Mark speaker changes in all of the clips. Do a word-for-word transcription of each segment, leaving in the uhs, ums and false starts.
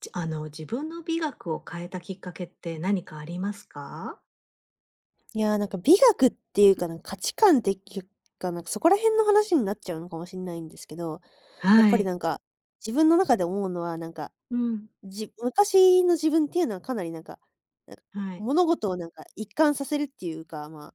Speaker 1: じあの、自分の美学を変えたきっかけって何かありますか？
Speaker 2: いやー、なんか美学っていうかなんか価値観っていうか、なんかそこら辺の話になっちゃうのかもしれないんですけど、やっ
Speaker 1: は
Speaker 2: ぱり
Speaker 1: い。
Speaker 2: なんか、自分の中で思うのはなんか、
Speaker 1: うん。
Speaker 2: じ昔の自分っていうのはかなりなんか、なんか
Speaker 1: はい。
Speaker 2: 物事をなんか一貫させるっていうか、まあ、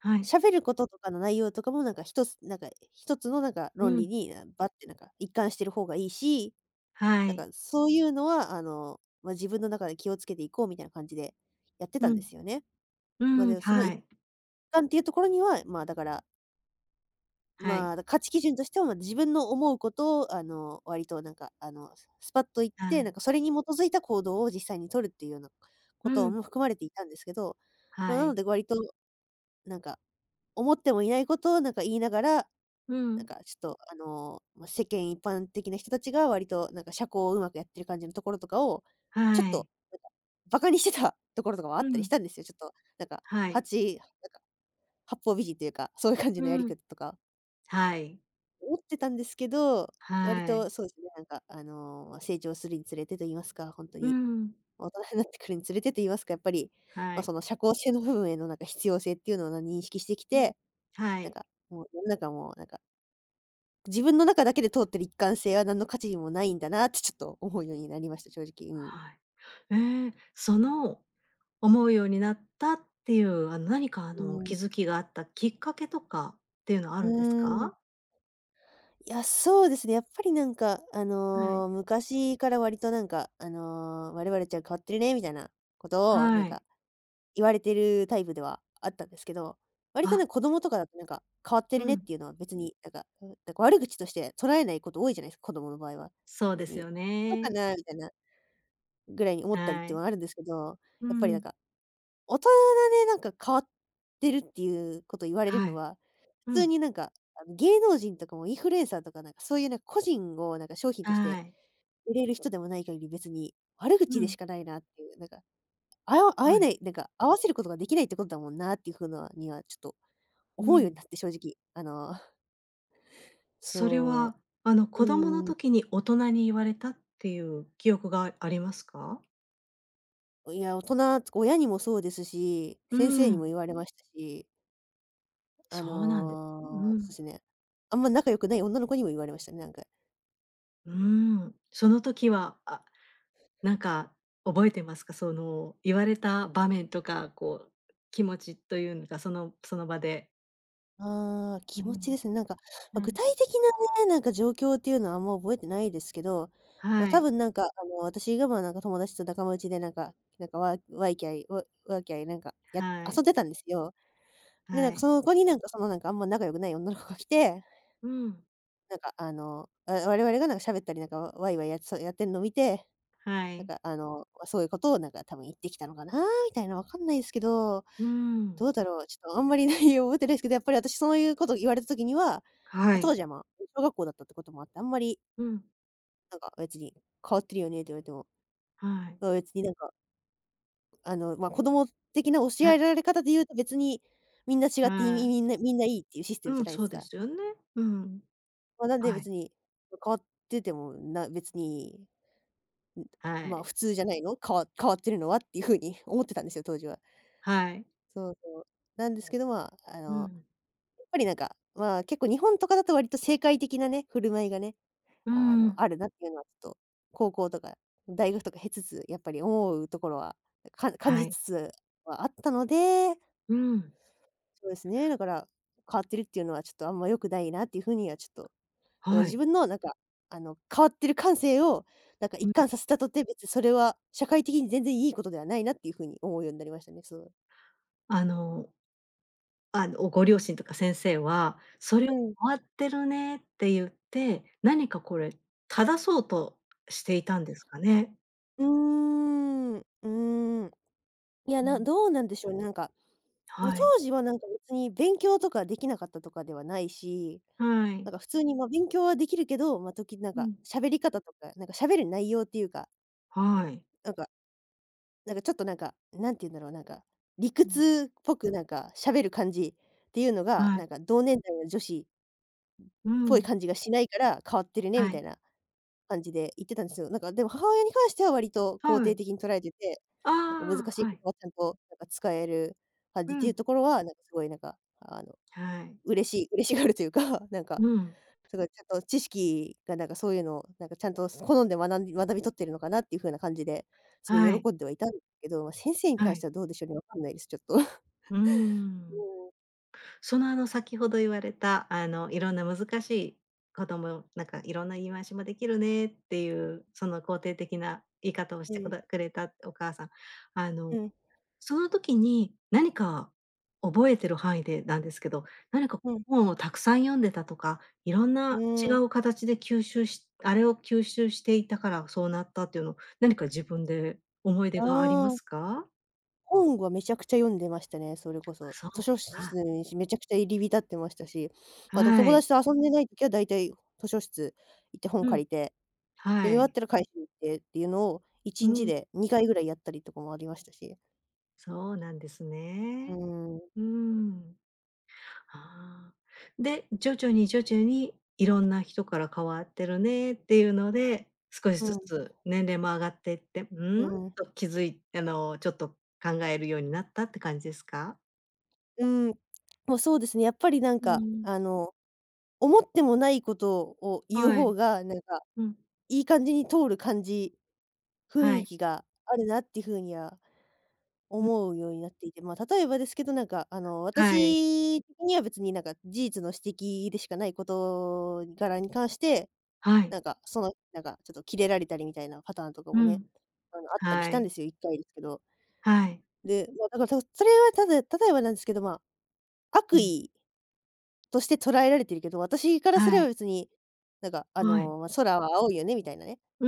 Speaker 1: はい。
Speaker 2: 喋ることとかの内容とかもなんか一つなんか一つのなんか
Speaker 1: う
Speaker 2: 論理
Speaker 1: ん。
Speaker 2: に、あ、ってなんか一貫してる方がいいし、
Speaker 1: は
Speaker 2: なん
Speaker 1: い。
Speaker 2: かそういうのはあの、まあ、自分の中で気をつけていこうみたいな感じでやってたん
Speaker 1: う
Speaker 2: で
Speaker 1: ん。
Speaker 2: すよね。
Speaker 1: う
Speaker 2: ま、
Speaker 1: ん。
Speaker 2: でもその
Speaker 1: は
Speaker 2: 一
Speaker 1: い。
Speaker 2: 環っていうところには、まあ、だから、
Speaker 1: は
Speaker 2: ま
Speaker 1: い。
Speaker 2: あ、価値基準としては、ま、自分の思うことを、あの、割となんか、あの、スパッと言っ
Speaker 1: は
Speaker 2: て、な
Speaker 1: い。
Speaker 2: んかそれに基づいた行動を実際に取るっていうようなこ
Speaker 1: う
Speaker 2: と
Speaker 1: ん。
Speaker 2: も含まれていたんですけど、ま、
Speaker 1: は
Speaker 2: なの
Speaker 1: い。
Speaker 2: で割となんか、思ってもいないことをなんか言いながら、
Speaker 1: う
Speaker 2: なん
Speaker 1: ん。
Speaker 2: かちょっと、あの、ま、世間一般的な人たちが割となんか社交をうまくやってる感じのところとかを、
Speaker 1: は
Speaker 2: ちょっと
Speaker 1: い。
Speaker 2: なんか、にしてたところとかもあ
Speaker 1: う
Speaker 2: ったりし
Speaker 1: ん。
Speaker 2: たんですよ。ちょっとなんか、
Speaker 1: は
Speaker 2: は
Speaker 1: い。
Speaker 2: ち八方美人というか、そういう感じ
Speaker 1: う
Speaker 2: のやり
Speaker 1: ん。
Speaker 2: 方とか、
Speaker 1: はい。
Speaker 2: 思ってたんですけど、割
Speaker 1: はい。
Speaker 2: とそうですね、なんか、あの、成長するにつれてと言いますか、ほんと
Speaker 1: う
Speaker 2: に、
Speaker 1: ん。
Speaker 2: 大人になってくるにつれてと言いますか、やっぱり、
Speaker 1: は
Speaker 2: ま、そ
Speaker 1: い。
Speaker 2: の社交性の部分へのなんか必要性っていうのをな認識してき
Speaker 1: うん。
Speaker 2: て、
Speaker 1: は
Speaker 2: なん
Speaker 1: い。
Speaker 2: か、もう世の中もなんか、自分の中だけで通ってる一貫性は何の価値にもないんだなってちょっと思うようになりました、正直。うん。
Speaker 1: はい。ええ、その、思うようになったっていう、あの、何かあ
Speaker 2: う
Speaker 1: の、
Speaker 2: ーん。
Speaker 1: 気づきがあったきっかけとかっていうのはあ
Speaker 2: う
Speaker 1: るんです
Speaker 2: ー
Speaker 1: か？
Speaker 2: ん。いや、そうですね。やっぱりなんか、あ
Speaker 1: はい。
Speaker 2: の、昔から割となんか、あの、「我々ちゃん変わってるね」みたいなことをなん
Speaker 1: は
Speaker 2: か
Speaker 1: い。
Speaker 2: 言われてるタイプではあったんですけど、割と
Speaker 1: あ、
Speaker 2: ね、子供とかだとなんか「変わって
Speaker 1: う
Speaker 2: るね」っ
Speaker 1: ん。
Speaker 2: ていうのは別になんか、うん、なんか悪口として捉えないこと多いじゃないですか、子供の場合は。
Speaker 1: そう
Speaker 2: 別
Speaker 1: です
Speaker 2: に
Speaker 1: よ
Speaker 2: 「そうか
Speaker 1: ね。
Speaker 2: な」みたいなぐらいに思ったりっ
Speaker 1: は
Speaker 2: ていうの
Speaker 1: い。
Speaker 2: はあるんですけど、
Speaker 1: う
Speaker 2: やっぱりなん
Speaker 1: ん。
Speaker 2: か大人でなんか変わってるっていうこと言われる
Speaker 1: は
Speaker 2: の
Speaker 1: い。
Speaker 2: は、
Speaker 1: う
Speaker 2: 普通
Speaker 1: ん。
Speaker 2: になんか、あの、芸能人とかもインフルエンサーとかなんかそういうなんか個人をなんか商品とし
Speaker 1: は
Speaker 2: て
Speaker 1: い。
Speaker 2: 売れる人でもない限り、別に悪
Speaker 1: う
Speaker 2: 口でし
Speaker 1: ん。
Speaker 2: かないなっていう、なんか、あや会
Speaker 1: は
Speaker 2: え
Speaker 1: い。
Speaker 2: ない、なんか合わせることができないってことだもんなっていう風なにはちょっと
Speaker 1: う
Speaker 2: 思うよう
Speaker 1: ん。
Speaker 2: になって、正直。あの、
Speaker 1: それ
Speaker 2: そ
Speaker 1: は、あの、
Speaker 2: う、
Speaker 1: 子供の
Speaker 2: う
Speaker 1: 時に大人に言われたっていう記憶がありますか？
Speaker 2: ん、いや、大人親にもそうですし、
Speaker 1: う
Speaker 2: 先生にも
Speaker 1: ん。
Speaker 2: 言われましたし、あ
Speaker 1: そうなんです。
Speaker 2: の、
Speaker 1: う
Speaker 2: そうで
Speaker 1: ん。
Speaker 2: すね、あんま仲良くない女の子にも言われましたね、なんか。
Speaker 1: うん。その時は、あ、なんか覚えてますか？その、言われた場面とか、こう、気持ちというのか、そのその場で。
Speaker 2: ああ、
Speaker 1: う
Speaker 2: 気持ちで
Speaker 1: ん。
Speaker 2: すね。なんか、ま、
Speaker 1: はい。
Speaker 2: 具体的なね、なんか状況っていうのはあんま覚えてないですけど、ま、
Speaker 1: は
Speaker 2: 多
Speaker 1: い。
Speaker 2: 分なんか、あの、私が、ま、なんか友達と仲間内でなんかなんか、わわいきゃいわわきゃいなんか、や
Speaker 1: は
Speaker 2: 遊ん
Speaker 1: い。
Speaker 2: でたんですよ。で、なん
Speaker 1: は
Speaker 2: か
Speaker 1: い。
Speaker 2: そこになんか、その、なんかあんま仲良くない女の子が来て、
Speaker 1: うん。
Speaker 2: なんかあの、わ我々がなんか喋ったりなんか、わわいわいやそうやってんの見て、
Speaker 1: は
Speaker 2: なん
Speaker 1: い。
Speaker 2: かあの、まそういうことをなんか多分言ってきたのかなみたいな、わかんないですけど
Speaker 1: うん。
Speaker 2: どうだろう、ちょっとあんまり内容覚えてないですけど、やっぱり私そういうこと言われた時には、
Speaker 1: は
Speaker 2: ま、当
Speaker 1: い。
Speaker 2: 時は、ま、小学校だったってこともあって、あんまり
Speaker 1: うん、
Speaker 2: なんか別に「変わってるよね」って言われても、
Speaker 1: はい。
Speaker 2: ま、別になんか、あの、ま、子供的な教え
Speaker 1: あ、
Speaker 2: られ方で言うと別にみんな違って、い
Speaker 1: は
Speaker 2: み
Speaker 1: い。
Speaker 2: みんなみんないいっていうシステム
Speaker 1: う
Speaker 2: じゃ
Speaker 1: ん、
Speaker 2: ないで
Speaker 1: そ
Speaker 2: す
Speaker 1: うで
Speaker 2: か。
Speaker 1: すよね。うん。
Speaker 2: ま、なんで
Speaker 1: はい。
Speaker 2: 別に、ま変わってても、な別に、
Speaker 1: は
Speaker 2: ま、
Speaker 1: い。
Speaker 2: 普通じゃないの？かわ変わってるのはっていう風に思ってたんですよ、当時は。
Speaker 1: はい。
Speaker 2: そうそう。なんですけど、ま、あ
Speaker 1: う
Speaker 2: の、
Speaker 1: ん。
Speaker 2: やっぱりなんか、まあ、結構日本とかだと割と正解的なね、振る舞いがね
Speaker 1: う
Speaker 2: あの、
Speaker 1: ん。
Speaker 2: あるなっていうのはちょっと、高校とか大学とか経つつ、やっぱり思うところは、か感
Speaker 1: は
Speaker 2: じ
Speaker 1: い。
Speaker 2: つつはあったので、
Speaker 1: うん。
Speaker 2: そうですね、だから、変わってるっていうのはちょっとあんま良くないなっていう風にはちょっと、だから
Speaker 1: は
Speaker 2: 自
Speaker 1: い。
Speaker 2: 分のなんか、あの、変わってる感性を、なんか一
Speaker 1: うん、
Speaker 2: 貫させたとて、別にそれは社会的に全然いいことではないなっていう風に思うようになりましたね、そう。
Speaker 1: あのあの、ご両親とか先生は、それ
Speaker 2: うん。
Speaker 1: 「終わってるね」って言って、何かこれ正そうとしていたんですかね？
Speaker 2: うーん、うーん。いや、
Speaker 1: う
Speaker 2: な
Speaker 1: ん。
Speaker 2: どうなんでしょうね、なんか、ま、
Speaker 1: はい。
Speaker 2: 当時はなんか別に勉強とかできなかったとかではないし
Speaker 1: はい。
Speaker 2: なんか普通に、ま、勉強はできるけど、まあ、時々なん
Speaker 1: う
Speaker 2: か
Speaker 1: ん。
Speaker 2: 喋り方とか、なんか喋る内容っていうか、
Speaker 1: はい。
Speaker 2: なんかなんかちょっとなんか、何て言うんだろう、なんか、理
Speaker 1: うん。
Speaker 2: 屈っぽくなんか喋る感じっていうのが、
Speaker 1: は
Speaker 2: な
Speaker 1: い。
Speaker 2: んか同年代の女子
Speaker 1: う
Speaker 2: っぽい
Speaker 1: ん。
Speaker 2: 感じがしないから変わってるねみ
Speaker 1: は
Speaker 2: たい
Speaker 1: い。
Speaker 2: な感じで言ってたんですよ。なんかでも母親に関しては割と肯
Speaker 1: は
Speaker 2: 定
Speaker 1: い。
Speaker 2: 的に捉えてて、なんか
Speaker 1: あ
Speaker 2: 難し
Speaker 1: あ、
Speaker 2: い
Speaker 1: は
Speaker 2: こ
Speaker 1: い。
Speaker 2: とはちゃんとなんか使える感
Speaker 1: う
Speaker 2: じってい
Speaker 1: ん。
Speaker 2: うところは、なんかすごいなんか、あの、
Speaker 1: はい。
Speaker 2: 嬉しい嬉しがるというか、なんか
Speaker 1: うん。
Speaker 2: すごいちゃんと知識がなんかそういうのをなんかちゃんと好んで学んで学び取ってるのかなっていう風な感じで、すごい
Speaker 1: はい。
Speaker 2: 喜んではいたんですけど、ま、先生に
Speaker 1: は
Speaker 2: 関して
Speaker 1: い。
Speaker 2: はどうでしょうね、わかんないです、ちょっと。
Speaker 1: うーん。その、あの、先ほど言われた、あの、いろんな難しい子供なんかいろんな言い回しもできるねっていう、その肯定的な言い方をし
Speaker 2: う
Speaker 1: てく
Speaker 2: ん、
Speaker 1: だくれたお母さん、あの
Speaker 2: うん、
Speaker 1: その時に、何か覚えてる範囲でなんですけど、何か
Speaker 2: うん、
Speaker 1: 本をたくさん読んでたとか、いろん
Speaker 2: う
Speaker 1: な違
Speaker 2: ーん、
Speaker 1: う形で吸収しあれを吸収していたからそうなったっていうの、何か自分で思い出
Speaker 2: あ
Speaker 1: があります
Speaker 2: あ、
Speaker 1: か？
Speaker 2: 本はめちゃくちゃ読んでましたね、それこ
Speaker 1: あ、
Speaker 2: そ。
Speaker 1: そ
Speaker 2: 図
Speaker 1: う。
Speaker 2: 書室
Speaker 1: あ、
Speaker 2: にめちゃくちゃ入り浸ってましたし、あと友
Speaker 1: はい。
Speaker 2: 達と遊んでない時は大体図書室行って本
Speaker 1: う
Speaker 2: 借
Speaker 1: ん。
Speaker 2: りて、読み
Speaker 1: は
Speaker 2: 終わっ
Speaker 1: い。
Speaker 2: たら返しに行ってっていうのを
Speaker 1: う
Speaker 2: いちにち
Speaker 1: ん。
Speaker 2: でにかいぐらいやったりとかもありましたし。
Speaker 1: そうなんです
Speaker 2: うー
Speaker 1: ね。
Speaker 2: ん、
Speaker 1: うん。ああ。で、徐々に徐々にいろんな人から変わってるねっていうので、少し
Speaker 2: う
Speaker 1: ず
Speaker 2: ん、
Speaker 1: つ年齢も上がっていって、
Speaker 2: う
Speaker 1: うん？
Speaker 2: ん。
Speaker 1: と気づいあの、ちょっと考えるようになったって感じですか？
Speaker 2: うん、もうそうですね、やっぱりなん
Speaker 1: う
Speaker 2: か、
Speaker 1: ん。
Speaker 2: あの、思ってもないことを言う
Speaker 1: はい。
Speaker 2: 方が、なんか、
Speaker 1: うん。
Speaker 2: いい感じに通る感じ、雰
Speaker 1: は
Speaker 2: 囲
Speaker 1: い。
Speaker 2: 気があるなっていう風には
Speaker 1: うん。
Speaker 2: 思うようになっていて、まあ、例えばですけど、なんか、あの、
Speaker 1: はい。
Speaker 2: 私的には別になんか、事実の指摘でしかない事柄に関して、
Speaker 1: はい。
Speaker 2: なんか、その、なんか、ちょっとキレられたりみたいなパターンとか
Speaker 1: う
Speaker 2: もね、
Speaker 1: ん。
Speaker 2: あの、あったりし
Speaker 1: は
Speaker 2: たんで
Speaker 1: い。
Speaker 2: すよ、一回ですけど。
Speaker 1: はい。
Speaker 2: で、まあ、だから、そそれはただ例えばなんですけど、まあ、
Speaker 1: う
Speaker 2: 悪
Speaker 1: ん。
Speaker 2: 意として捉えられてるけど、私からす
Speaker 1: は
Speaker 2: れば
Speaker 1: い。
Speaker 2: 別に、なんか、あ
Speaker 1: はい。
Speaker 2: の、ま、空は青いよねみたいなね。
Speaker 1: う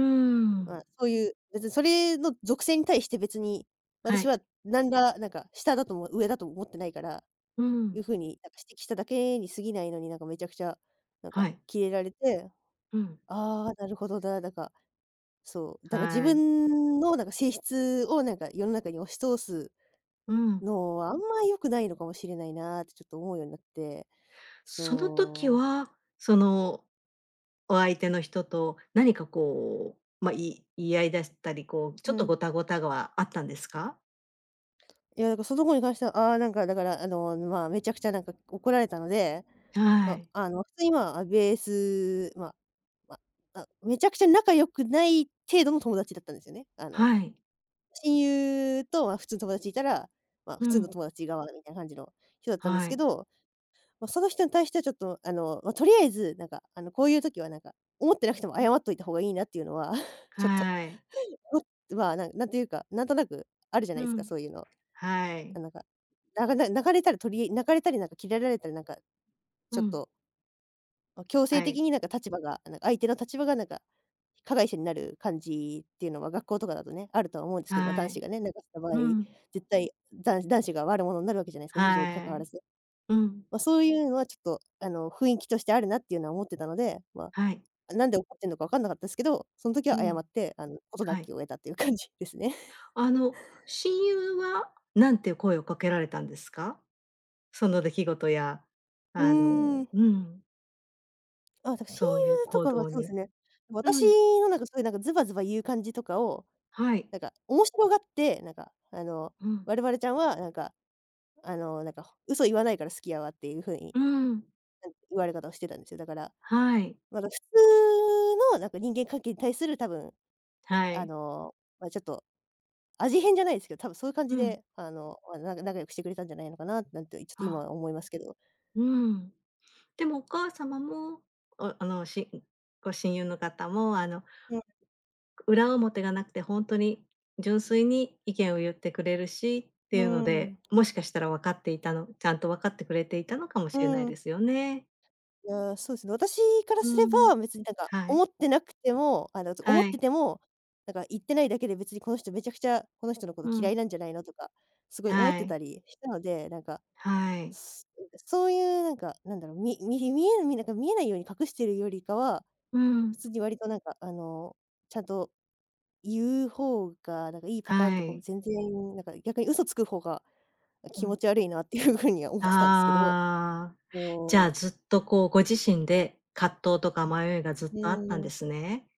Speaker 2: まあ、
Speaker 1: ん。
Speaker 2: そういう、別にそれの属性に対して別に、
Speaker 1: は
Speaker 2: 私
Speaker 1: い。
Speaker 2: はなんら、なんか下だとも上だとも思ってないから、
Speaker 1: う
Speaker 2: いう
Speaker 1: ん。
Speaker 2: 風になんか指摘しただけに過ぎないのに、なんかめちゃくちゃ、なんか
Speaker 1: はい。
Speaker 2: キレられて、
Speaker 1: うん。
Speaker 2: ああ、なるほどな、なんか、そう、だから自
Speaker 1: はい。
Speaker 2: 分のなんか性質をなんか世の中に押し通す
Speaker 1: うん。
Speaker 2: のはあんま良くないのかもしれないなってちょっと思うようになって、
Speaker 1: その時
Speaker 2: そう。
Speaker 1: は、そのお相手の人と何かこう、まあ、言い言い合いだしたり、こう、ちょ
Speaker 2: う
Speaker 1: っと
Speaker 2: ん。
Speaker 1: ごたごたがはあったんですか？
Speaker 2: いや、だからその子に関しては、ああ、なんかだから、あの、まあ、めちゃくちゃなんか怒られたので、ま
Speaker 1: はい。
Speaker 2: あ、あの、普通に、まあ、ベース、まあ、ま、あ、あめちゃくちゃ仲良くない程度の友達だったんですよね。あの、
Speaker 1: はい。
Speaker 2: 親友と、まあ、普通の友達いたら、まあ、
Speaker 1: う
Speaker 2: 普通の
Speaker 1: ん。
Speaker 2: 友達側みたいな感じの人だったんです
Speaker 1: は
Speaker 2: け
Speaker 1: い。
Speaker 2: ど、まあ、その人に対してはちょっと、あの、まあ、とりあえず、なんか、あの、こういう時はなんか、思ってなくても
Speaker 1: うん。
Speaker 2: 謝っといた方がいいなっていうのは、ちょっと、
Speaker 1: はい。
Speaker 2: まあ、なんなんていうか、なんとなくあるじゃない
Speaker 1: う
Speaker 2: ですか、
Speaker 1: ん。
Speaker 2: そういうの。
Speaker 1: はい。
Speaker 2: なんか、ながな泣かれたらとり泣かれたりなんかキレられたりなんか、
Speaker 1: う
Speaker 2: ちょっ
Speaker 1: ん。
Speaker 2: と、まあ。強制
Speaker 1: はい。
Speaker 2: 的になんか立場が、なんか相手の立場がなんか、加害者になる感じっていうのは学校とかだとね、あるとは思うんですけど、ま、
Speaker 1: は
Speaker 2: 男子
Speaker 1: い。
Speaker 2: がね、なんかした場合、
Speaker 1: うん。
Speaker 2: 絶対だん男子が悪者になるわけじゃないですか、事情に関
Speaker 1: は
Speaker 2: わら
Speaker 1: い。
Speaker 2: ず。
Speaker 1: うん。
Speaker 2: ま、そういうのはちょっと、あの、雰囲気としてあるなっていうのは思ってたので、ま、
Speaker 1: はい。
Speaker 2: なんで怒ってんのか分かんなかったですけど、そん時
Speaker 1: う
Speaker 2: は謝
Speaker 1: ん。
Speaker 2: って、あの、事な
Speaker 1: はい。
Speaker 2: きを得たっていう感じですね。
Speaker 1: あの、親友はなんて声をかけられたんですか？その出来事や、
Speaker 2: う
Speaker 1: あ
Speaker 2: ー
Speaker 1: の
Speaker 2: ん。
Speaker 1: うん、
Speaker 2: あ、だ、親
Speaker 1: そういう
Speaker 2: 友と
Speaker 1: 行
Speaker 2: かは
Speaker 1: 動
Speaker 2: そうです
Speaker 1: に。
Speaker 2: ね。私
Speaker 1: うん、
Speaker 2: のなんかそういうなんかズバズバ言う感じとかを、
Speaker 1: はい。
Speaker 2: なんか面白がって、なんかあの、
Speaker 1: うん。
Speaker 2: 「我々ちゃんはなんか、あの、なんか嘘言わないから好きやわ」っていう風に、
Speaker 1: うん。
Speaker 2: なん言われ方をしてたんですよ。だから、
Speaker 1: はい、
Speaker 2: まだ普通のなんか人間関係に対する多分、
Speaker 1: は
Speaker 2: あ
Speaker 1: い。
Speaker 2: の、まあ、ちょっと味変じゃないですけど、多分そういう感
Speaker 1: う
Speaker 2: じ
Speaker 1: ん。
Speaker 2: で、あの、まあ、なんか仲良くしてくれたんじゃないのかな、なんてちょっと今
Speaker 1: あ、
Speaker 2: は思いますけど。
Speaker 1: うん。でもお母様も、おあの、しご親友の方も、あの、
Speaker 2: う
Speaker 1: 裏表がなくて本当に純粋に意見を言ってくれるしっ
Speaker 2: ん、
Speaker 1: ていうの
Speaker 2: う
Speaker 1: で、
Speaker 2: ん、
Speaker 1: もしかしたら分かっていたのちゃんと分かってくれていたのかもしれ
Speaker 2: う
Speaker 1: ない
Speaker 2: ん。
Speaker 1: ですよね。
Speaker 2: いや、そうですね。私からすれ
Speaker 1: うん。
Speaker 2: ば、別になんか
Speaker 1: はい、
Speaker 2: 思ってなくても、あの、思っ
Speaker 1: は
Speaker 2: て
Speaker 1: い。
Speaker 2: ても、なんか言ってないだけで別にこの人めちゃくちゃこの人のこと
Speaker 1: う
Speaker 2: 嫌
Speaker 1: ん。
Speaker 2: いなんじゃないのとか、すごい思っ
Speaker 1: は
Speaker 2: て
Speaker 1: い、
Speaker 2: たりしたので、なんか、
Speaker 1: はい。
Speaker 2: すそういうなんか、なんだろう、みみ見えみなんか見えないように隠してるよりかは、
Speaker 1: うん。
Speaker 2: 普通に割となんか、あの、ちゃんと言う方が、なんかいいパターン
Speaker 1: は
Speaker 2: とかも
Speaker 1: い。
Speaker 2: 全然、なんか逆に嘘つく方が
Speaker 1: う
Speaker 2: 気持
Speaker 1: ん。
Speaker 2: ち悪いなっていう風には思ってたんですけど、
Speaker 1: ああ、じゃ
Speaker 2: も
Speaker 1: あ、
Speaker 2: う、
Speaker 1: ずっとこうご自身で葛藤とか迷いがずっ
Speaker 2: う
Speaker 1: とあったん
Speaker 2: ーん。
Speaker 1: ですね。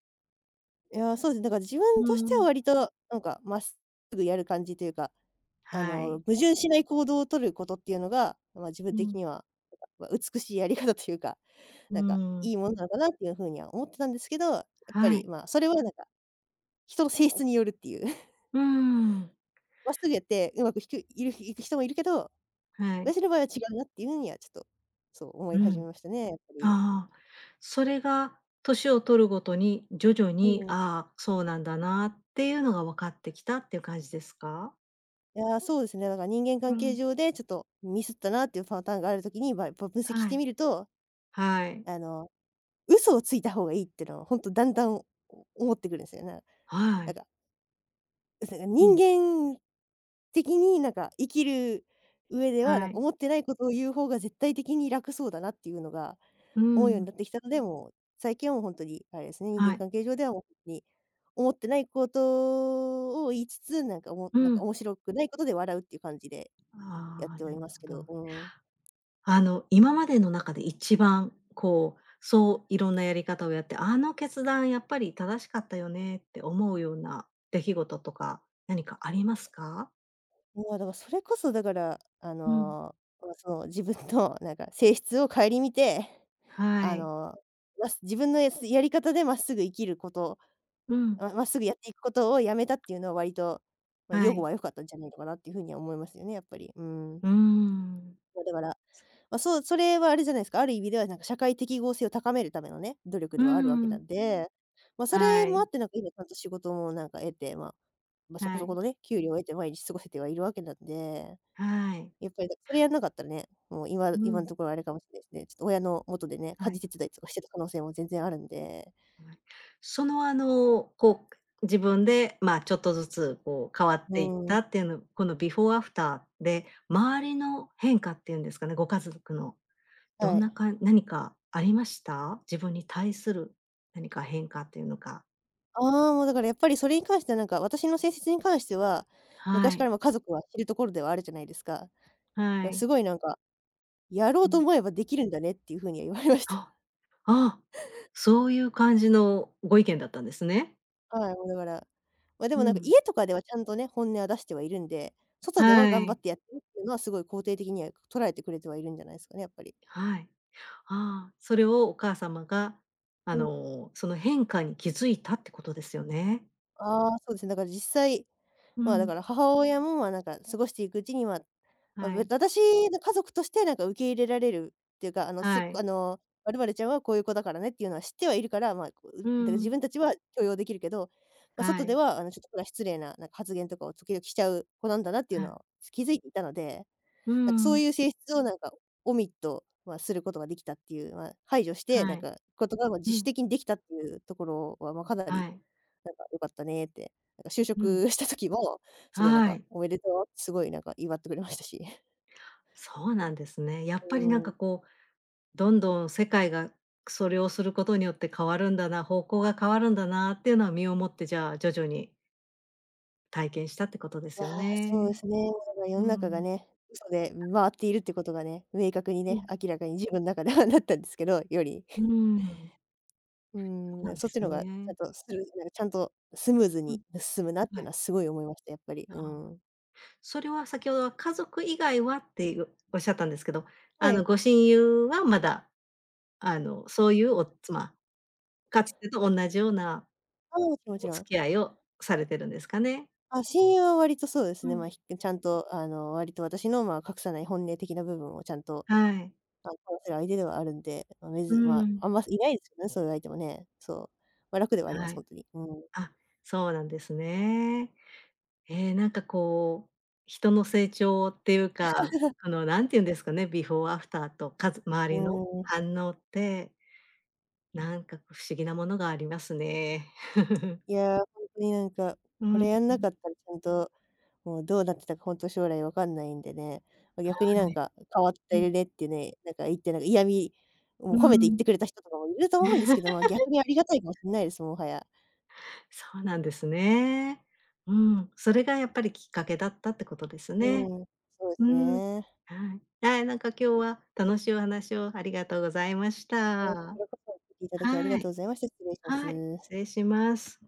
Speaker 2: いや、そうですね、だから自
Speaker 1: う
Speaker 2: 分としては
Speaker 1: ん、
Speaker 2: 割と、なんか、まっすぐやる感じというか、あ
Speaker 1: は
Speaker 2: の、
Speaker 1: い。
Speaker 2: 矛盾しない行動を取ることっていうのが、まあ、自分
Speaker 1: う
Speaker 2: 的
Speaker 1: ん、
Speaker 2: には、なんか、まあ、美しいやり方というか、
Speaker 1: う
Speaker 2: なんか、
Speaker 1: ん、
Speaker 2: いいものなのかなっていう風には思ってたんですけど、やっぱ
Speaker 1: は
Speaker 2: り、
Speaker 1: い。
Speaker 2: まあ、それはなんか、人の性質によるっていう。
Speaker 1: うん、
Speaker 2: まっすぐやってうまくひくいるいく人もいるけど、
Speaker 1: はい。
Speaker 2: 私の場合は違うなっていうふうにはちょっと、そう思い
Speaker 1: う
Speaker 2: 始め
Speaker 1: ん。
Speaker 2: ましたね、やっぱり。
Speaker 1: ああ、それが年を取るごとに徐々
Speaker 2: う
Speaker 1: に、
Speaker 2: ん。
Speaker 1: ああ、そうなんだなっていうのが分かってきたっていう感じですか？
Speaker 2: いやー、そうですね、だから人間
Speaker 1: う
Speaker 2: 関係
Speaker 1: ん、
Speaker 2: 上でちょっとミスったなっていうパターンがあるときに、まあ、やっぱ分析し
Speaker 1: は
Speaker 2: て
Speaker 1: い、
Speaker 2: みると
Speaker 1: はい、
Speaker 2: あの、嘘をついた方がいいってのは、ほんとだんだんお思ってくるんですよね。
Speaker 1: は
Speaker 2: なん
Speaker 1: い。
Speaker 2: か、なんか
Speaker 1: う
Speaker 2: 人
Speaker 1: ん、
Speaker 2: 間的になんか生きる上では、なん
Speaker 1: は
Speaker 2: か
Speaker 1: い。
Speaker 2: 思ってないことを言う方が絶対的に楽そうだなっていうのが
Speaker 1: う
Speaker 2: 思うように
Speaker 1: ん、
Speaker 2: なってきたので、もう最近はもうほんとにあれですね、人
Speaker 1: は
Speaker 2: 間
Speaker 1: い。
Speaker 2: 関係上ではもうほんとに、思ってないことを言いつつ、なんかおも
Speaker 1: う
Speaker 2: なんか
Speaker 1: ん。
Speaker 2: 面白くないことで笑うっていう感じでやっ
Speaker 1: ああ、
Speaker 2: ては
Speaker 1: な
Speaker 2: い
Speaker 1: る
Speaker 2: ますけ
Speaker 1: ほ
Speaker 2: ど、
Speaker 1: ど。
Speaker 2: うん。
Speaker 1: あの、今までの中で一番、こう、そういろんなやり方をやって、あの決断やっぱり正しかったよねって思うような出来事とか、何かありますか？
Speaker 2: まあ、だからそれこそだから、あ
Speaker 1: うん。
Speaker 2: の、まあ、その自分のなんか性質を顧みて
Speaker 1: は
Speaker 2: あ
Speaker 1: い。
Speaker 2: の、ま、自分のやすやり方でまっすぐ生きること、
Speaker 1: うん。
Speaker 2: ままっすぐやっていくことをやめたっていうのは割と、ま、予
Speaker 1: は
Speaker 2: 後
Speaker 1: い。
Speaker 2: は良かったんじゃないのかなっていう風には思いますよね、やっぱり。うーん。
Speaker 1: うーん。
Speaker 2: ま、だから、ま、そう、それはあれじゃないですか、ある意味ではなんか社会適合性を高めるためのね、努力
Speaker 1: うー
Speaker 2: ではあるわけな
Speaker 1: ん。
Speaker 2: んで、ま、そ
Speaker 1: は
Speaker 2: れもあ
Speaker 1: い。
Speaker 2: ってなんか今ちゃんと仕事もなんか得て、まま、そこ
Speaker 1: は
Speaker 2: そ
Speaker 1: い。
Speaker 2: このね、給料を得て毎日過ごせてはいるわけなんで
Speaker 1: はい。
Speaker 2: やっぱりだそれやんなかったらね、もう今
Speaker 1: う
Speaker 2: 今の
Speaker 1: ん。
Speaker 2: ところあれかもしれないですね。ちょっと親の元でね、家
Speaker 1: は
Speaker 2: 事
Speaker 1: い。
Speaker 2: 手伝いとかしてた可能性も全然あるんで。
Speaker 1: はい。その、あの、こう、自分で、まあ、ちょっとずつ、こう、変わっ
Speaker 2: う
Speaker 1: ていっ
Speaker 2: ー
Speaker 1: た
Speaker 2: ん、
Speaker 1: っていうの、このビフォーアフターで、周りの変化っていうんですかね、ご家族の。ど
Speaker 2: は
Speaker 1: ん
Speaker 2: い。
Speaker 1: なかん何かありました？自分に対する何か変化っていうのか。
Speaker 2: ああ、もうだからやっぱりそれに関してはなんか、私の性質に関しては、
Speaker 1: は
Speaker 2: 昔か
Speaker 1: い、
Speaker 2: らも家族は知るところではあるじゃないですか。
Speaker 1: は
Speaker 2: だ、
Speaker 1: い。
Speaker 2: すごいなんか、やろ
Speaker 1: う
Speaker 2: うと
Speaker 1: ん。
Speaker 2: 思えばできるんだねっていう風には言われました。
Speaker 1: あ、ああ、そういう感じのご意見だったんですね。
Speaker 2: はい、もうだから、ま、で
Speaker 1: う
Speaker 2: もなんか
Speaker 1: ん。
Speaker 2: 家とかではちゃんとね、本音は出してはいるんで、外
Speaker 1: は
Speaker 2: では頑張っ
Speaker 1: い、
Speaker 2: てやってるっていうのはすごい肯定的には捉えてくれてはいるんじゃないですかね、やっぱり。
Speaker 1: はい。ああ、それをお母様が、あ
Speaker 2: うん、
Speaker 1: の、その変化に気づいたってことですよね。
Speaker 2: ああ、そうですね、だから実際
Speaker 1: う
Speaker 2: まあ、だ
Speaker 1: ん、
Speaker 2: から母親も、ま、なんか過ごしていくうちには、ま、まあ
Speaker 1: は
Speaker 2: べ
Speaker 1: い、
Speaker 2: 私の家族としてなんか受け入れられるっていうか、あの、そ
Speaker 1: はい。
Speaker 2: あの、「我々ちゃんはこういう子だからね」っていうのは知ってはいるから、まあ、こう、
Speaker 1: う
Speaker 2: うだから自
Speaker 1: ん、
Speaker 2: 分たちは許容できるけど、まあ、
Speaker 1: は
Speaker 2: 外で
Speaker 1: い、
Speaker 2: は、あの、ちょっとこれは失礼な、なんか発言とかを時々しちゃう子なんだなってい
Speaker 1: は
Speaker 2: うの
Speaker 1: い。
Speaker 2: は気づいていたので、
Speaker 1: う
Speaker 2: なんかそう
Speaker 1: ん、
Speaker 2: いう性質をなんかオミット、まあ、することができたっていう、まあ、排除して、な
Speaker 1: は
Speaker 2: ん
Speaker 1: い、
Speaker 2: かことが、ま、
Speaker 1: う
Speaker 2: 自主
Speaker 1: ん、
Speaker 2: 的にできたっていうところは、まあ、かなり
Speaker 1: はい、
Speaker 2: 「よかったね」って、なんか就
Speaker 1: うん、
Speaker 2: 職 した時も、すごいなん
Speaker 1: は
Speaker 2: か
Speaker 1: い。
Speaker 2: 「おめでとう」ってすごいなんか祝ってくれましたし。
Speaker 1: そうなんですね。やっぱ
Speaker 2: う
Speaker 1: りなんか
Speaker 2: ん。
Speaker 1: こう、どんどん世界がそれをすることによって変わるんだな、方向が変わるんだなっていうのは身をもって、じゃあ徐々に体験したってことで
Speaker 2: い
Speaker 1: す
Speaker 2: や、
Speaker 1: よ
Speaker 2: そうで
Speaker 1: ね。
Speaker 2: すね。なんか世
Speaker 1: う
Speaker 2: の中が
Speaker 1: ん。
Speaker 2: ね、嘘で回っているってことがね、明確に
Speaker 1: う
Speaker 2: ね、
Speaker 1: ん。
Speaker 2: 明らかに自分の中ではなったんですけど、より。
Speaker 1: うん。
Speaker 2: うー
Speaker 1: そ
Speaker 2: ん、
Speaker 1: うな
Speaker 2: で、
Speaker 1: ん
Speaker 2: そ
Speaker 1: で
Speaker 2: っち
Speaker 1: す
Speaker 2: のがちゃ
Speaker 1: ね。
Speaker 2: んとスルなんかちゃんとスムーズ
Speaker 1: う
Speaker 2: に
Speaker 1: ん。
Speaker 2: 進むなってい
Speaker 1: は
Speaker 2: うの
Speaker 1: い。
Speaker 2: はすごい思いました、やっぱり。
Speaker 1: あ
Speaker 2: う
Speaker 1: あ。
Speaker 2: ん。
Speaker 1: それは先ほどは家族以外はっていう、おっしゃったんですけど、
Speaker 2: は
Speaker 1: あの、
Speaker 2: い。
Speaker 1: ご親友はまだ、あの、そういうおまあかつてと同じような
Speaker 2: ああ、もちろんもち
Speaker 1: お
Speaker 2: ろん。
Speaker 1: 付き合いをされてるんですかね？
Speaker 2: あ、親友は割とそうです
Speaker 1: う
Speaker 2: ね、
Speaker 1: ん。
Speaker 2: ま、ひちゃんとあの、割と私の、ま、隠さない本音的な部分をちゃんと
Speaker 1: はい。
Speaker 2: まあ、話せる相手ではあるんで、まあ、め
Speaker 1: う
Speaker 2: ずまあ、
Speaker 1: ん。
Speaker 2: あんまいないですよね、そういう相手もね。そう。まあ、楽ではありま
Speaker 1: は
Speaker 2: す、ほ
Speaker 1: い。
Speaker 2: んとに。うん。
Speaker 1: あ、そうなんですね。えーなんかこう、人の成長っていうか、あの、なんて言うんですかね、ビフォーアフターと、かず周
Speaker 2: う
Speaker 1: りの
Speaker 2: ーん。
Speaker 1: 反応って、なんか不思議なものがありますね。
Speaker 2: いや、ほんとになんか、
Speaker 1: う
Speaker 2: こ
Speaker 1: ん、うん、
Speaker 2: れやんなかったらちゃんと、もうどうなってたかほんと将来わかんないんでね。ま、逆にな
Speaker 1: は
Speaker 2: ん
Speaker 1: い。
Speaker 2: か変わっ
Speaker 1: う
Speaker 2: て
Speaker 1: ん、
Speaker 2: るねってね、なんか言ってなんか嫌味を
Speaker 1: う
Speaker 2: 褒めて言っ
Speaker 1: ん。
Speaker 2: てくれた人とかもいると思うんですけど、まあ、逆にありがたいかもしんないです、もはや。
Speaker 1: そうなんですね。うん、それがやっぱりきっかけだったってことです
Speaker 2: う
Speaker 1: ね。
Speaker 2: ん、そうで
Speaker 1: う
Speaker 2: す
Speaker 1: ん。
Speaker 2: ね。
Speaker 1: はい。はい、なんか今日は楽しいお話をありがとうございまし
Speaker 2: ええ、こち
Speaker 1: た。
Speaker 2: らこそ聞いていただきありが
Speaker 1: はい。
Speaker 2: とうございました。失礼しま
Speaker 1: はい、失
Speaker 2: す。
Speaker 1: 礼します。